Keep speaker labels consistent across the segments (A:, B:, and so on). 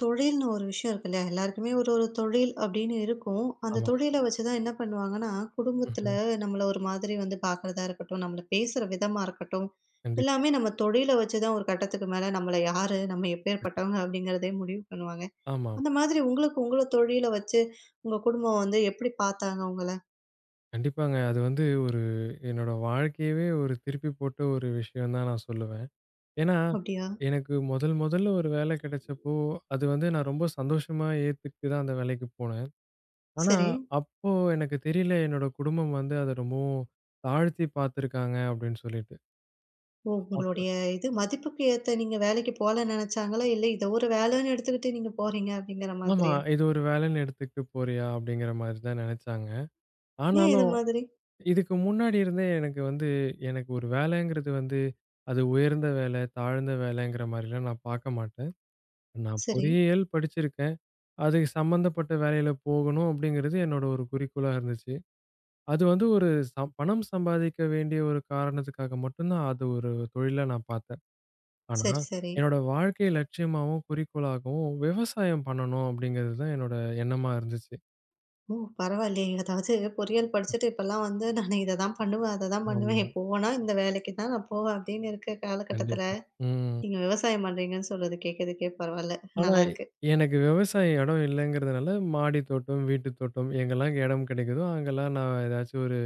A: தொழில்னு ஒரு விஷயம் இருக்கு இல்லையா? எல்லாருக்குமே ஒரு ஒரு தொழில் அப்படின்னு இருக்கும். அந்த
B: ஆமா.
A: தொழில வச்சு தான் என்ன பண்ணுவாங்கன்னா, குடும்பத்தில
B: ம்ஹ்ம்.
A: நம்மள ஒரு மாதிரி வந்து பார்க்கிறதா இருக்கட்டும், நம்மள பேசுற விதமா இருக்கட்டும்,
B: கண்டிப்பா.
A: எல்லாமே நம்ம தொழில வச்சு தான் ஒரு கட்டத்துக்கு மேல நம்மள யாரு, நம்ம எப்பேர்ப்பட்டவங்க அப்படிங்கிறதே முடிவு பண்ணுவாங்க.
B: ஆமாம்.
A: அந்த மாதிரி உங்களுக்கு உங்கள தொழில வச்சு உங்க குடும்பம் வந்து எப்படி பார்த்தாங்க உங்கள?
B: கண்டிப்பாங்க. அது வந்து என்னோட வாழ்க்கையவே ஒரு திருப்பி போட்ட ஒரு விஷயம் தான் நான் சொல்லுவேன். ஏன்னா,
A: அப்படியா?
B: எனக்கு முதல் முதல்ல ஒரு வேலை கிடைச்சப்போ, அது வந்து நான் ரொம்ப சந்தோஷமா ஏத்துக்கிட்டு தான் அந்த வேலைக்கு போனேன். ஆனா,
A: சரி.
B: அப்போ எனக்கு தெரியல என்னோட குடும்பம் வந்து அத ரொம்பவும் தாழ்த்தி பார்த்துருக்காங்க அப்படின்னு சொல்லிட்டு.
A: ஓ!
B: அப்ப
A: உங்களுடைய இது மதிப்புக்கு ஏத்த நீங்க வேலைக்கு போகலன்னு நினைச்சாங்களா? இல்ல இத ஒரு வேலைன்னு எடுத்துக்கிட்டு நீங்க போறீங்க அப்படிங்கிற
B: ஆமா.
A: மாதிரியா?
B: இது ஒரு வேலைன்னு எடுத்துக்கிட்டு போறியா? அப்படிங்கிற மாரி தான் நினைச்சாங்க.
A: ஏன் இது
B: ஆனாலும்
A: மாதிரி?
B: இதுக்கு முன்னாடி இருந்தே எனக்கு வந்து, எனக்கு ஒரு வேலைங்கிறது வந்து, அது உயர்ந்த வேலை, தாழ்ந்த வேலைங்கிற மாரிலாம் நான் பார்க்க மாட்டேன். நான்
A: சரி.
B: பொறியியல் படிச்சிருக்கேன். அதுக்கு சம்மந்தப்பட்ட வேலையில போகணும் அப்படிங்கிறது என்னோட ஒரு குறிக்கோளா இருந்துச்சு. அது வந்து ஒரு பணம் சம்பாதிக்க வேண்டிய ஒரு காரணத்துக்காக மட்டும் தான் அது ஒரு தொழிலா நான் பார்த்தேன். ஆனா,
A: சரி, சரி.
B: என்னோட வாழ்க்கை லட்சியமாவும், குறிக்கோளாகவும் விவசாயம் பண்ணணும் அப்படிங்கிறது தான் என்னோட எண்ணமா இருந்துச்சு.
A: ஓ! பரவாயில்லையே. அதாவது பொறியியல் படிச்சுட்டு இப்பலாம் வந்து "நானு இத தான் பண்ணுவேன், அத தான்
B: ஆமா,
A: பண்ணுவேன். போனா இந்த வேலைக்கு தான் நான் போவேன்" அப்படின்னு இருக்க காலகட்டத்தில,
B: கண்டிப்பா. ம்.
A: நீங்க விவசாயம் பண்றீங்கன்னு சொல்றது கேட்கறதுக்கே பரவால்ல.
B: ஆனா,
A: நல்லாருக்கு.
B: எனக்கு விவசாய இடம் இல்லங்கிறதுனால, மாடி தோட்டம், வீட்டு தோட்டம் எங்கெல்லாம் இடம் கிடைக்குதோ, அங்கெல்லாம் நான் ஏதாச்சும் ஒரு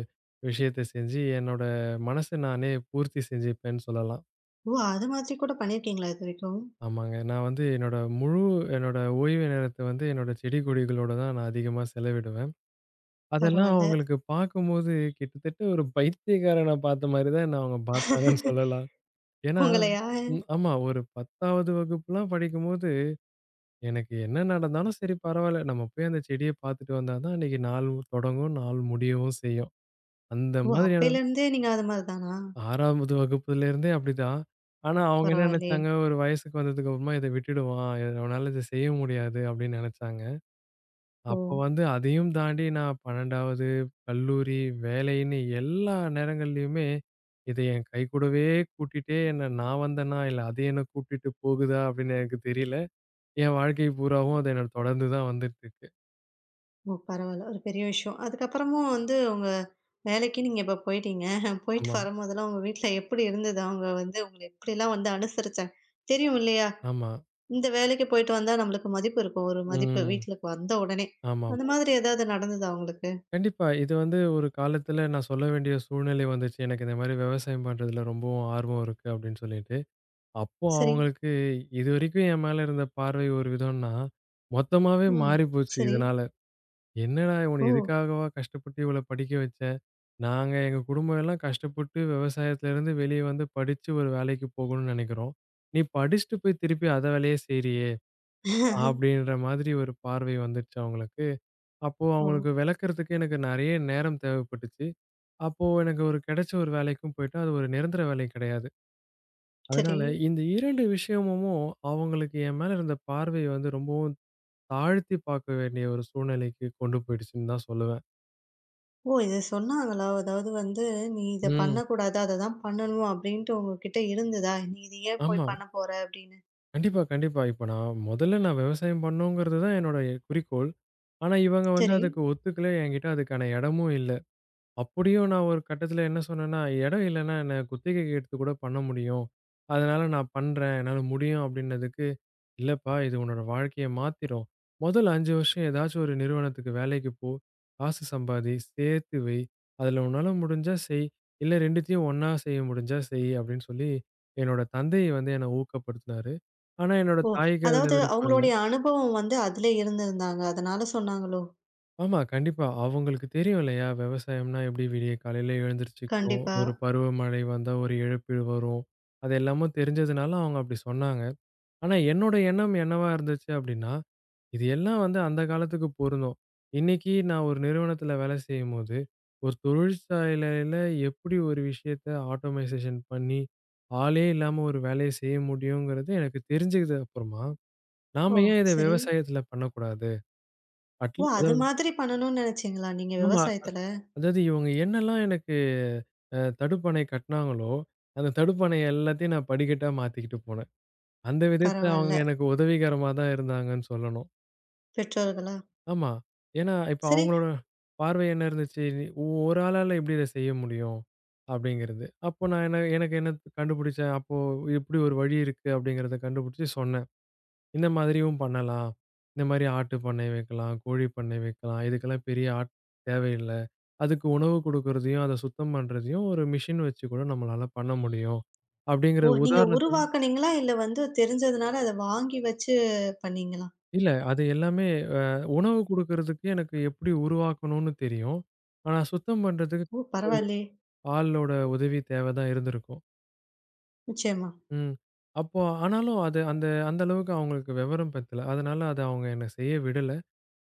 B: விஷயத்த செஞ்சு, என்னோட மனச நானே பூர்த்தி செஞ்சுப்பேன்னு சொல்லலாம்.
A: ஓ! அது மாதிரி கூட பண்ணியிருக்கீங்களா இதுவரைக்கும்?
B: ஆமாங்க. நான் வந்து என்னோட ஓய்வு நேரத்த வந்து என்னோட செடி, கொடிகளோட தான் நான் அதிகமா செலவிடுவேன். அதெல்லாம்
A: பரவால்ல.
B: அவங்களுக்கு பார்க்கும்போது, கிட்டத்தட்ட ஒரு பைத்தியக்காரன பார்த்த மாரி தான் என்ன அவங்க பார்த்தாங்கன்னு சொல்லலாம். ஏன்னா
A: உங்களையா?
B: ம் ஆமா. ஒரு 10வது வகுப்புலாம் படிக்கும்போது எனக்கு என்ன நடந்தாலும் சரி பரவாயில்ல. நம்ம போய் அந்த செடிய பார்த்துட்டு வந்தா தான் அன்னைக்கு நாள் தொடங்கும், நாள் முடியவும் செய்யும். அந்த
A: ஓ!
B: மாதிரியான
A: அப்பைலருந்தே நீங்க அது மாரி தானா?
B: 6வது வகுப்புலேருந்தே அப்படிதான். ஆனா அவங்க என்ன
A: பரவாயில்லையே.
B: நெனச்சாங்க, ஒரு வயசுக்கு வந்ததுக்கு அப்புறமா இத விட்டுடுவான். அவனால இத செய்ய முடியாது அப்படின்னு நெனச்சாங்க.
A: ஓ!
B: அப்போ வந்து அதையும் தாண்டி நான் 12வது கல்லூரி, வேலைன்னு எல்லா நேரங்கள்லயுமே இத என் கைக்கூடவே கூட்டிட்டே என்ன நான் வந்தேனா, இல்ல அது என்ன கூட்டிட்டு போகுதா அப்படின்னு எனக்கு தெரியல. என் வாழ்க்கை பூராவும் அது என்ன தொடர்ந்து தான் வந்துட்டு இருக்கு.
A: ஓ! பரவால்ல. ஒரு பெரிய விஷயம். அதுக்கப்புறமும் வந்து உங்க வேலைக்கு நீங்க இப்ப போயிட்டீங்க. போயிட்டு
B: ஆமா.
A: வரும்போதெல்லாம் உங்க வீட்ல எப்படி இருந்தது? அவங்க வந்து உங்கள எப்படிலாம் வந்து அனுசரிச்சாங்க? தெரியும் இல்லையா?
B: ஆமா.
A: இந்த வேலைக்கு போயிட்டு வந்தா நம்மளுக்கு மதிப்பு இருக்கும். ஒரு மதிப்பு
B: ம்.
A: வீட்லுக்கு வந்த உடனே. அந்த
B: ஆமாமா.
A: மாதிரி ஏதாவது நடந்ததா உங்களுக்கு?
B: கண்டிப்பா. இது வந்து ஒரு காலத்துல நான் சொல்ல வேண்டிய சூழ்நிலை வந்துச்சு. எனக்கு இந்த மாரி விவசாயம் பண்றதுல ரொம்பவும் ஆர்வம் இருக்கு அப்படின்னு சொல்லிட்டு. அப்போ
A: சரி.
B: அவங்களுக்கு இதுவரைக்கும் என் மேல இருந்த பார்வை ஒரு விதம்னா, மொத்தமாவே
A: ம்.
B: மாறிப்போச்சு
A: சரி.
B: இதனால. என்னடா இவன
A: ஓ!
B: இதுக்காகவா கஷ்டப்பட்டு இவ்வளோ படிக்க வச்சேன். நாங்க எங்க குடும்பம் எல்லாம் கஷ்டப்பட்டு விவசாயத்துல இருந்து வெளிய வந்து படிச்சு ஒரு வேலைக்கு போகணும்னு நெனைக்கிறோம். நீ படிச்சுட்டு போய் திருப்பி அத வேலையே செய்றியே! அப்படின்ற மாதிரி ஒரு பார்வை வந்துருச்சு அவங்களுக்கு. அப்போ
A: ஓ!
B: அவங்களுக்கு விளக்குறதுக்கு எனக்கு நெறைய நேரம் தேவைப்பட்டுச்சு. அப்போ எனக்கு கிடைச்ச ஒரு வேலைக்கும் போயிட்டேன். அது ஒரு நிரந்தர வேலை கிடையாது.
A: சரி.
B: அதனால இந்த 2 விஷயமும் அவங்களுக்கு என் மேல இருந்த பார்வைய வந்து ரொம்பவும் தாழ்த்தி பார்க்க வேண்டிய ஒரு சூழ்நிலைக்கு கொண்டு போயிடுச்சுன்னு தான் சொல்லுவேன்.
A: ஓ! இத சொன்னாங்களா? அதாவது வந்து நீ இத
B: ம்.
A: பண்ணக்கூடாது. அத தான் பண்ணணும் அப்டின்ட்டு உங்ககிட்ட இருந்ததா? நீ இத ஏன்
B: ஆமா.
A: போய் பண்ண போற அப்டின்னு?
B: கண்டிப்பா, கண்டிப்பா. இப்ப முதல்ல நான் விவசாயம் பண்ணணுங்கிறது தான் என்னோட குறிக்கோள். ஆனா இவங்க வந்து
A: சரி.
B: அதுக்கு ஒத்துக்கல. என்கிட்ட அதுக்கான இடமும் இல்ல. அப்படியும் நான் ஒரு கட்டத்தில என்ன சொன்னேன்னா, இடம் இல்லன்னா என்ன குத்தகைக்கு எடுத்து கூட பண்ண முடியும். அதனால நான் பண்றேன். என்னால முடியும் அப்படின்னதுக்கு, "இல்லப்பா இது உன்னோட வாழ்க்கைய மாத்திரும். முதல் 5 வருஷம் ஏதாச்சும் ஒரு நிறுவனத்துக்கு வேலைக்கு போ. காசு சம்பாதி. சேர்த்து வை. அதுல உன்னால முடிஞ்சா செய். இல்ல 2த்தையும் ஒண்ணா செய்ய முடிஞ்சா செய்." அப்படின்னு சொல்லி என்னோட தந்தை வந்து என்ன ஊக்கப்படுத்துனாரு. ஆனா என்னோட
A: ஓ!
B: தாய்க்கு அதுல
A: அதாவது
B: விருப்பம் இல்ல.
A: அவங்களுடைய அனுபவம் வந்து அதிலே இருந்திருந்தாங்க. அதனால சொன்னாங்களோ?
B: ஆமா, கண்டிப்பா. அவங்களுக்கு தெரியும் இல்லையா? விவசாயம்னா எப்படி விடிய காலையில எழுந்திரிச்சுக்கணும்.
A: கண்டிப்பா.
B: ஒரு பருவமழை வந்தா ஒரு இழப்பீடு வரும். அது எல்லாமும் தெரிஞ்சதுனால அவங்க அப்படி சொன்னாங்க. ஆனா என்னோட எண்ணம் என்னவா இருந்துச்சு அப்படின்னா, இது எல்லாம் வந்து அந்த காலத்துக்கு பொருந்தும். இன்னைக்கு நான் ஒரு நிறுவனத்துல வேலை செய்யும்போது, ஒரு தொழிற்சாலையில எப்படி ஒரு விஷயத்த ஆட்டோமைசேஷன் பண்ணி, ஆளே இல்லாம ஒரு வேலைய செய்ய முடியுங்கிறது எனக்கு தெரிஞ்சுக்கிது அப்புறமா,
A: ஓ!
B: நாம ஏன் இத
A: சரி.
B: விவசாயத்துல பண்ணக்கூடாது?
A: ஓ!
B: அட்லீ
A: அது
B: அதாவது
A: மாதிரி பண்ணணும்னு நெனச்சீங்களா நீங்க
B: ஆமா.
A: விவசாயத்துல?
B: அதாவது இவங்க என்னெல்லாம் எனக்கு தடுப்பணை கட்டுனாங்களோ, அந்த தடுப்பணை எல்லாத்தையும் நான் படிக்கட்டா மாத்திக்கிட்டு போனேன். அந்த விதத்துல அவங்க
A: பரவால்ல.
B: எனக்கு உதவிகரமா தான் இருந்தாங்கன்னு சொல்லணும்.
A: பெற்றோர்களா?
B: ஆமா. ஏன்னா, இப்ப
A: சரி.
B: அவங்களோட பார்வை என்ன இருந்துச்சு? நீ "ஒரு ஆளால எப்படி இத செய்ய முடியும்?" அப்படிங்கிறது. அப்போ நான் என்ன எனக்கு என்ன கண்டுபிடிச்சேன். அப்போ இப்படி ஒரு வழி இருக்கு அப்படிங்கிறத கண்டுபிடிச்சு சொன்னேன். இந்த மாதிரியும் பண்ணலாம். இந்த மாரி ஆட்டு பண்ணை வைக்கலாம், கோழி பண்ணை வைக்கலாம். இதுக்கெல்லாம் பெரிய தேவையில்ல. அதுக்கு உணவு குடுக்குறதையும், அத சுத்தம் பண்றதையும் ஒரு மிஷின் வச்சு கூட நம்மளால பண்ண முடியும். அப்படிங்கிற
A: ஓ! நீங்க
B: உதாரணத்துக்கு
A: உருவாக்குனீங்களா? இல்ல வந்து தெரிஞ்சதுனால அத வாங்கி வச்சு பண்ணீங்களா?
B: இல்ல அது எல்லாமே அ உணவு குடுக்குறதுக்கு எனக்கு எப்படி உருவாக்கணும்னு தெரியும். ஆனா சுத்தம் பண்றதுக்கு
A: ஓ! பரவாயில்லயே!
B: ஆளோட உதவி தேவை தான் இருந்திருக்கும்.
A: நிச்சயமா.
B: ம். அப்போ ஆனாலும் அது அந்த அந்த அளவுக்கு அவங்களுக்கு விவரம் பத்தல. அதனால அத அவங்க என்ன செய்ய விடல.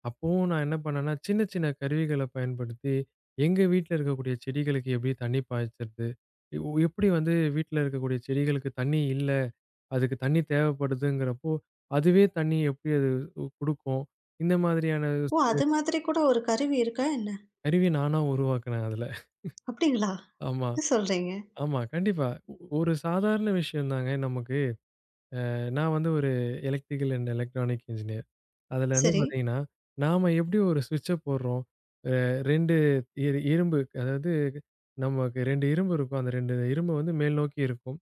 B: அப்பவும் நான் என்ன பண்ணேன்னா, சின்ன சின்ன கருவிகள பயன்படுத்தி, எங்க வீட்ல இருக்கக்கூடிய செடிகளுக்கு எப்படி தண்ணி பாய்ச்சறது? எ எப்படி வந்து வீட்ல இருக்கக்கூடிய செடிகளுக்கு தண்ணி இல்ல, அதுக்கு தண்ணி தேவைப்படுதுங்கிறப்போ, அதுவே தண்ணி எப்படி அது குடுக்கும்? இந்த மாதிரியான
A: ஓ!
B: சில
A: அது மாதிரி கூட ஒரு கருவி இருக்கா என்ன?
B: கருவி நானா உருவாக்குனேன் அதுல.
A: அப்டிங்களா?
B: ஆமா,
A: என்ன சொல்றீங்க?
B: ஆமா. கண்டிப்பா. ஒரு சாதாரண விஷயம் தாங்க நமக்கு. நான் வந்து ஒரு எலக்ட்ரிக்கல் அண்ட் எலக்ட்ரானிக் இன்ஜினியர். அதுல வந்து
A: சரி.
B: பாத்தீங்கன்னா, நாம எப்படி ஒரு ஸ்விட்ச போடுறோம்? அ 2 இரும்பு அதாவது நமக்கு 2 இரும்பு இருக்கும். அந்த 2 இரும்பு வந்து மேல் நோக்கி இருக்கும்.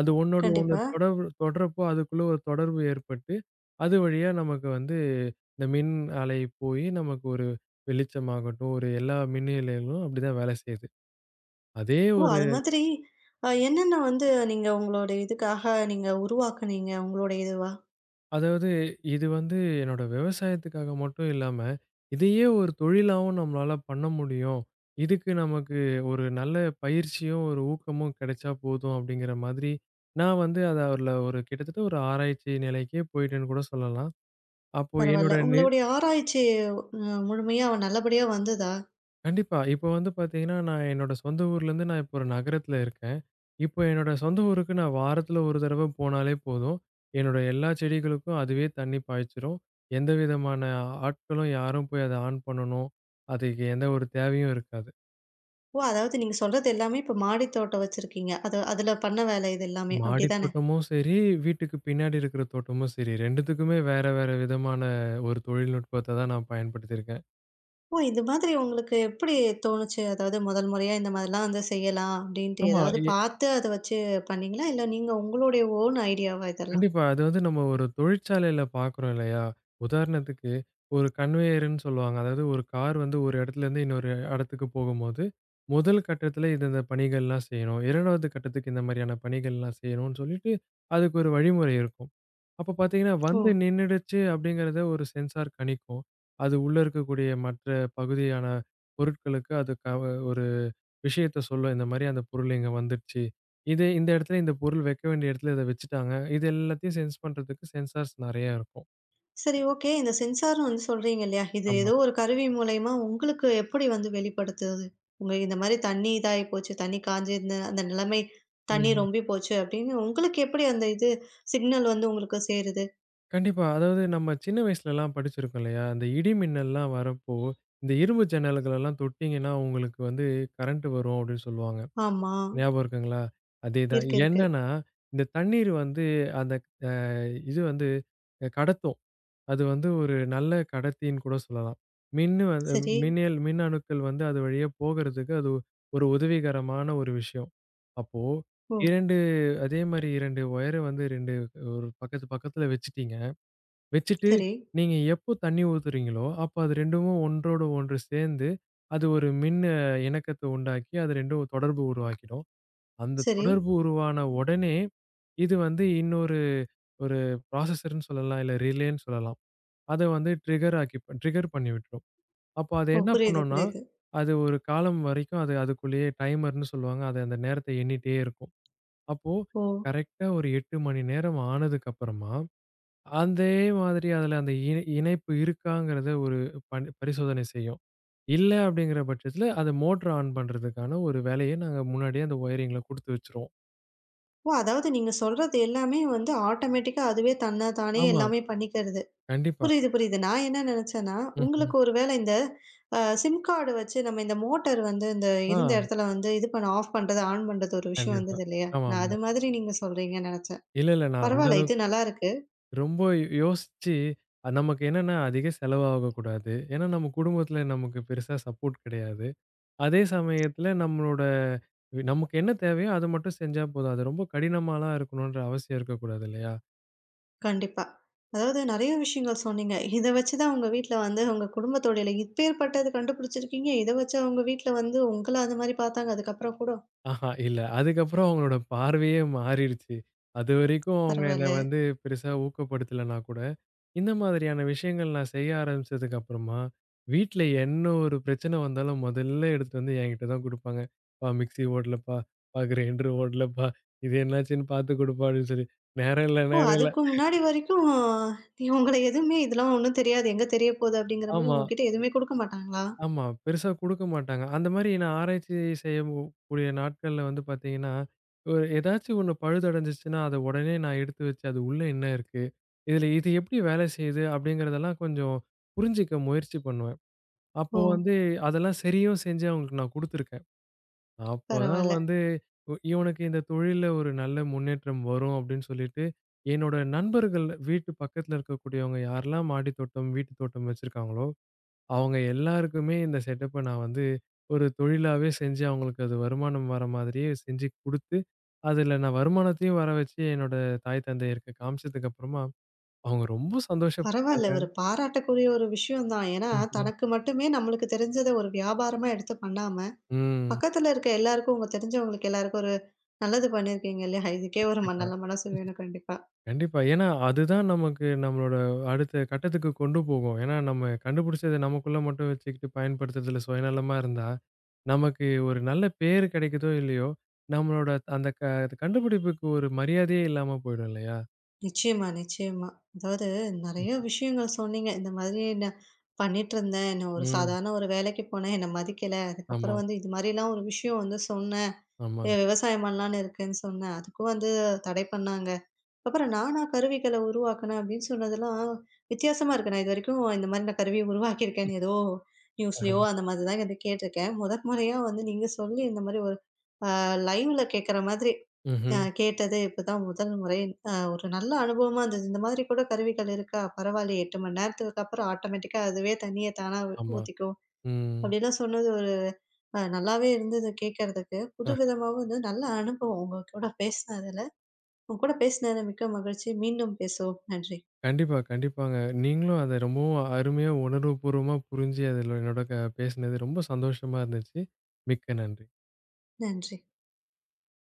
B: அது ஒண்ணோடு ஒண்ணு
A: கண்டிப்பா.
B: தொடர்பு தொடர்றப்போ அதுக்குள்ள ஒரு தொடர்பு ஏற்பட்டு, அது வழியா நமக்கு வந்து இந்த மின் அலை போயி நமக்கு ஒரு வெளிச்சமாகட்டும், ஒரு எல்லா மின்னியலைகளும் அப்படிதான் வேலை செய்யுது. அதே
A: ஓ!
B: ஒரு
A: அது மாதிரி என்னென்ன வந்து நீங்க உங்களோட இதுக்காக நீங்க உருவாக்குனீங்க? உங்களுடைய இதுவா?
B: அதாவது இது வந்து என்னோட விவசாயத்துக்காக மட்டும் இல்லாம, இதையே ஒரு தொழிலாவும் நம்மளால பண்ண முடியும். இதுக்கு நமக்கு ஒரு நல்ல பயிற்சியும், ஒரு ஊக்கமும் கிடைச்சா போதும் அப்படிங்கிற மாதிரி, நான் வந்து அதுல ஒரு கிட்டத்தட்ட ஒரு ஆராய்ச்சி நிலைக்கே போயிட்டேன்னு கூட சொல்லலாம். அப்போ என்னோட
A: பரவால்ல.
B: நி
A: உங்களுடைய ஆராய்ச்சி அ முழுமையா நல்லபடியா வந்ததா?
B: கண்டிப்பா. இப்போ வந்து பார்த்தீங்கன்னா, என்னோட சொந்த ஊர்லேருந்து நான் இப்போ ஒரு நகரத்தில இருக்கேன். இப்போ என்னோட சொந்த ஊருக்கு நான் வாரத்துல ஒரு தடவை போனாலே போதும். என்னோட எல்லா செடிகளுக்கும் அதுவே தண்ணி பாய்ச்சிரும். எந்த விதமான ஆட்களும் யாரும் போய் அத ஆன் பண்ணணும். அதுக்கு எந்த ஒரு தேவையும் இருக்காது.
A: ஓ! அதாவது நீங்க சொல்றது எல்லாமே இப்ப மாடி தோட்டம் வச்சிருக்கீங்க. அது அதுல பண்ண வேலை இது எல்லாமே.
B: மாடி
A: அப்டிதானே?
B: தோட்டமும் சரி, வீட்டுக்கு பின்னாடி இருக்கிற தோட்டமும் சரி 2த்துக்குமே வேற, வேற விதமான ஒரு தொழில்நுட்பத்த தான் நான் பயன்படுத்தியிருக்கேன்.
A: ஓ! இது மாதிரி உங்களுக்கு எப்படி தோணுச்சு? அதாவது முதல் முறையா இந்த மாதிரிலாம் வந்து செய்யலாம் அப்படின்ட்டு
B: ஆமா.
A: ஏதாவது பார்த்து அத வச்சு பண்ணீங்களா? இல்ல நீங்க உங்களுடைய ஓன் ஐடியாவா இதெல்லாம்?
B: கண்டிப்பா. அது வந்து நம்ம ஒரு தொழிற்சாலையில பார்க்குறோம் இல்லையா? உதாரணத்துக்கு ஒரு கன்வேயர்ன்னு சொல்லுவாங்க. அதாவது ஒரு கார் வந்து ஒரு இடத்துலேருந்து இன்னொரு இடத்துக்கு போகும்போது, முதல் கட்டத்தில இந்த இந்த பணிகள்லாம் செய்யணும். 2வது கட்டத்துக்கு இந்த மாதிரியான பணிகள்லாம் செய்யணும்னு சொல்லிட்டு, அதுக்கு ஒரு வழிமுறை இருக்கும். அப்ப பார்த்தீங்கன்னா,
A: ஓ!
B: வந்து நின்னுடுச்சு அப்படிங்கிறத ஒரு சென்சார் கணிக்கும். அது உள்ள இருக்கக்கூடிய மற்ற பகுதியான பொருட்களுக்கு அது ஒரு விஷயத்த சொல்லும். இந்த மாரி அந்த பொருள் இங்க வந்துருச்சு. இது இந்த இடத்துல இந்த பொருள் வைக்க வேண்டிய இடத்துல இத வச்சுட்டாங்க. இது எல்லாத்தையும் சென்ஸ் பண்றதுக்கு சென்சார்ஸ் நெறையா இருக்கும்.
A: சரி, ஓகே. இந்த சென்சார்ன்னு வந்து சொல்றீங்க இல்லையா? இது
B: ஆமா.
A: ஏதோ ஒரு கருவி மூலியமா உங்களுக்கு எப்படி வந்து வெளிப்படுத்துது? உங்க இந்த மாரி தண்ணி இதாயி போச்சு, தண்ணி காஞ்சு இந்த அந்த நிலைமை தண்ணி
B: ம்.
A: ரொம்பி போச்சு அப்படின்னு உங்களுக்கு எப்படி அந்த இது சிக்னல் வந்து உங்களுக்கு சேருது?
B: கண்டிப்பா. அதாவது நம்ம சின்ன வயசுலலாம் படிச்சிருக்கோம் இல்லையா? அந்த இடி மின்னல்லாம் வரப்போ, இந்த இரும்பு ஜன்னல்களெல்லாம் தொட்டீங்கன்னா உங்களுக்கு வந்து கரண்ட் வரும் அப்படின்னு சொல்லுவாங்க.
A: ஆமா.
B: ஞாபகம் இருக்குங்களா? அதேதான்.
A: இருக்கு, இருக்கு.
B: என்னன்னா, இந்த தண்ணீர் வந்து அந்த அ இது வந்து கடத்தும். அது வந்து ஒரு நல்ல கடத்தின்னு கூட சொல்லலாம். மின்னு வந்து
A: சரி.
B: மின்னியல் மின் அணுக்கள் வந்து அது வழியா போகறதுக்கு அது ஒரு உதவிகரமான ஒரு விஷயம். அப்போ
A: ஓ!
B: 2 அதே மாரி 2 ஒயர வந்து 2 ஒரு பக்கத்துல வச்சுட்டீங்க. வச்சுட்டு
A: சரி,
B: நீங்க எப்போ தண்ணி ஊத்துறீங்களோ, அப்ப அது 2ம் ஒன்றோடு ஒன்று சேர்ந்து, அது ஒரு மின் இணக்கத்த உண்டாக்கி அது 2ம் தொடர்பு உருவாக்கிடும். அந்த
A: சரி.
B: தொடர்பு உருவான உடனே, இது வந்து ஒரு ப்ராசஸர்ன்னு சொல்லலாம். இல்ல ரிலேன்னு சொல்லலாம். அத வந்து ட்ரிகர் பண்ணி விட்டுரும். அப்போ அது
A: ஓ!
B: என்ன
A: புரியுது,
B: பண்ணும்னா,
A: புரியுது.
B: அது ஒரு காலம் வரைக்கும் அது அதுக்குள்ளேயே டைமர்ன்னு சொல்லுவாங்க. அது அந்த நேரத்த எண்ணிட்டே இருக்கும். அப்போ
A: ஓ!
B: கரெக்ட்டா ஒரு 8 மணி நேரம் ஆனதுக்கு அப்புறமா, அதே மாதிரி அதுல அந்த இணைப்பு இருக்காங்கிறத ஒரு பரிசோதனை செய்யும். இல்ல அப்படிங்கிற பட்சத்துல, அத மோட்டர் ஆன் பண்றதுக்கான ஒரு வேலைய நாங்க முன்னாடியே அந்த ஒயரிங்ல குடுத்து வச்சுருவோம்.
A: ஓ! அதாவது நீங்க சொல்றது எல்லாமே வந்து ஆட்டோமேட்டிக்கா அதுவே தன்ன தானே
B: ஆமா.
A: எல்லாமே பண்ணிக்கிறது.
B: கண்டிப்பா.
A: புரியுது, புரியுது. நான் என்ன நெனச்சேன்னா,
B: ம்ஹ்ம்.
A: உங்களுக்கு ஒரு வேளை இந்த சிம் கார்டு வச்சு நம்ம இந்த மோட்டார் வந்து இந்த
B: ஆ
A: இருந்த இடத்துல வந்து இது பண்ண ஆஃப் பண்றது, ஆன் பண்றது ஒரு விஷயம்
B: கண்டிப்பா.
A: வந்தது இல்லையா? நான்
B: ஆமாமா.
A: அது மாதிரி நீங்க சொல்றீங்கன்னு நெனச்சேன்.
B: இல்ல, இல்ல. நான் அந்த
A: பரவால்ல, இது
B: அளவுக்கு
A: நல்லாருக்கு.
B: ரொம்ப யோசிச்சு நமக்கு என்னன்னா அதிக செலவாகக் கூடாது. ஏன்னா நம்ம குடும்பத்துல நமக்கு பெருசா சப்போர்ட் கிடையாது. அதே சமயத்துல நம்மளோட நமக்கு என்ன தேவையோ அத மட்டும் செஞ்சா போதும். அது ரொம்ப கடினமாலாம் இருக்கணும்ன்ற அவசியம் இருக்கக் கூடாது இல்லையா?
A: கண்டிப்பா. அதாவது நெறைய விஷயங்கள் சொன்னீங்க. இத வச்சு தான் உங்க வீட்ல வந்து உங்க குடும்பத்தோடையில இப்பேற்பட்டது கண்டுபிடிச்சிருக்கீங்க. இத வச்சு அவங்க வீட்ல வந்து உங்கள அது மாரி பார்த்தாங்க அதுக்கப்புறம் கூட.
B: ஆஹா, இல்ல. அதுக்கப்புறம் அவங்களோட பார்வையே மாறிருச்சு. அதுவரைக்கும் அவங்க என்ன
A: பரவால்ல.
B: வந்து பெருசா ஊக்கப்படுத்தலன்னா கூட, இந்த மாதிரியான விஷயங்கள் நான் செய்ய ஆரம்பிச்சதுக்கு அப்புறமா, வீட்ல என்ன ஒரு பிரச்சனை வந்தாலும் முதல்ல எடுத்துட்டு வந்து என்கிட்ட தான் குடுப்பாங்க. "பா மிக்ஸி ஓடலப்பா, பா கிரைண்டர் ஓடலப்பா, இது என்னாச்சுன்னு பார்த்து குடுப்பா" அப்படின்னு சொல்லி. நேரம் இல்ல,
A: ஓ!
B: நேரம் இல்ல.
A: அதுக்கு முன்னாடி வரைக்கும் உங்கள எதுவுமே இதெல்லாம் ஒண்ணும் தெரியாது. எங்க தெரிய போது அப்படிங்கிற மாரி
B: ஆமா.
A: உங்ககிட்ட எதுவுமே குடுக்க மாட்டாங்களா?
B: ஆமா. பெருசா குடுக்க மாட்டாங்க. அந்த மாரி நான் ஆராய்ச்சி செய்யவு கூடிய நாட்கள்ல வந்து பார்த்தீங்கன்னா, ஒரு ஏதாச்சும் ஒண்ணு பழுதடைஞ்சிச்சுன்னா, அத உடனே நான் எடுத்து வச்சு, அது உள்ள என்ன இருக்கு? இதுல இது எப்படி வேலை செய்யுது? அப்படிங்கிறதெல்லாம் கொஞ்சம் புரிஞ்சுக்க முயற்சி பண்ணுவேன். அப்போ
A: ஓ!
B: வந்து அதெல்லாம் சரியும் செஞ்சு அவங்களுக்கு நான் குடுத்துருக்கேன். அப்பதான்
A: பரவால்ல.
B: வந்து இவனுக்கு இந்த தொழில்ல ஒரு நல்ல முன்னேற்றம் வரும் அப்படின்னு சொல்லிட்டு, என்னோட நண்பர்கள் வீட்டு பக்கத்துல இருக்கக்கூடியவங்க யாரெல்லாம் மாடி தோட்டம், வீட்டு தோட்டம் வச்சிருக்காங்களோ அவங்க எல்லாருக்குமே இந்த செட்டப்ப நான் வந்து ஒரு தொழிலாவே செஞ்சு அவங்களுக்கு அது வருமானம் வர மாதிரியே செஞ்சு குடுத்து, அதுல நான் வருமானத்தையும் வர வச்சு என்னோட தாய் தந்தையருக்கு காமிச்சதுக்கு அப்புறமா, அவங்க ரொம்ப
A: பரவால்ல.
B: சந்தோஷப்பட்டாங்க.
A: ஒரு பாராட்டக்கூடிய ஒரு விஷயம் தான். ஏன்னா,
B: ம்ஹ்ம்.
A: தனக்கு மட்டுமே நம்மளுக்கு தெரிஞ்சத ஒரு வியாபாரமா எடுத்து பண்ணாம,
B: ம்.
A: பக்கத்துல இருக்க எல்லாருக்கும் உங்க தெரிஞ்சவங்களுக்கு எல்லாருக்கும் ஒரு நல்லது பண்ணியிருக்கீங்க இல்லையா? இதுக்கே ஒரு
B: கண்டிப்பா,
A: நல்ல மனசு வேணும் கண்டிப்பா.
B: கண்டிப்பா. ஏன்னா அதுதான் நமக்கு நம்மளோட அடுத்த கட்டத்துக்கு கொண்டு போகும். ஏன்னா நம்ம கண்டுபிடிச்சத நமக்குள்ள மட்டும் வச்சுக்கிட்டு பயன்படுத்துறதுல சுயநலமா இருந்தா, நமக்கு ஒரு நல்ல பேரு கிடைக்குதோ இல்லையோ, நம்மளோட அந்த க கண்டுபிடிப்புக்கு ஒரு மரியாதையே இல்லாம போயிடும் இல்லையா?
A: நிச்சயமா, நிச்சயமா. அதாவது நெறைய விஷயங்கள் சொன்னீங்க. இந்த மாதிரி நான் பண்ணிட்டுருந்தேன். நான் ஒரு
B: ம்.
A: சாதாரண ஒரு வேலைக்கு போனேன். என்ன மதிக்கல.
B: ஆமா,
A: அதுக்கப்புறம் வந்து இது மாரிலாம் ஒரு விஷயம் வந்து சொன்னேன்.
B: ஆமாங்க.
A: "ஏய், விவசாயம் பண்ணலான்னு இருக்குன்னு சொன்னேன். அதுக்கும் வந்து தடை பண்ணாங்க. அப்புறம் நானா கருவிகள உருவாக்குனேன் அப்படின்னு சொன்னதெல்லாம் வித்தியாசமா இருக்கு. நான் இதுவரைக்கும் இந்த மாரி நான் கருவி உருவாக்கியிருக்கேன்னு ஏதோ
B: ஆஹ.
A: நியூஸ்லயோ அந்த மாதிரி தான் வந்து கேட்டுருக்கேன். முதல் முறையா வந்து நீங்க சொல்லி இந்த மாரி ஒரு லைவ்ல கேட்கற மாதிரி
B: ம்ஹ்ம்.
A: கேட்டது இப்பதான் முதல் முறை. ஒரு நல்ல அனுபவமா இருந்தது. இந்த மாதிரி கூட கருவிகள் இருக்கா? பரவாயில்லையே, 8 மணி நேரத்துக்கு அப்புறம் ஆட்டோமேட்டிக்கா அதுவே தண்ணீய தானா
B: ஆமா.
A: ஊத்திக்கும்.
B: ம்.
A: அப்படிலாம் சொன்னது நல்லாவே இருந்தது கேட்கறதுக்கு.
B: அ
A: புதுவிதமாவும் இருந்தது. நல்ல அனுபவம் உங்க கூட பேசினதுல. உங்க கூட பேசினதுல மிக்க மகிழ்ச்சி. மீண்டும் பேசுவோம். நன்றி.
B: கண்டிப்பா, கண்டிப்பாங்க. நீங்களும் அத ரொம்பவும் அருமையா உணர்வுபூர்வமா புரிஞ்சு, அதில என்னோட க பேசினது ரொம்ப சந்தோஷமா இருந்துச்சு. மிக்க நன்றி.
A: நன்றி.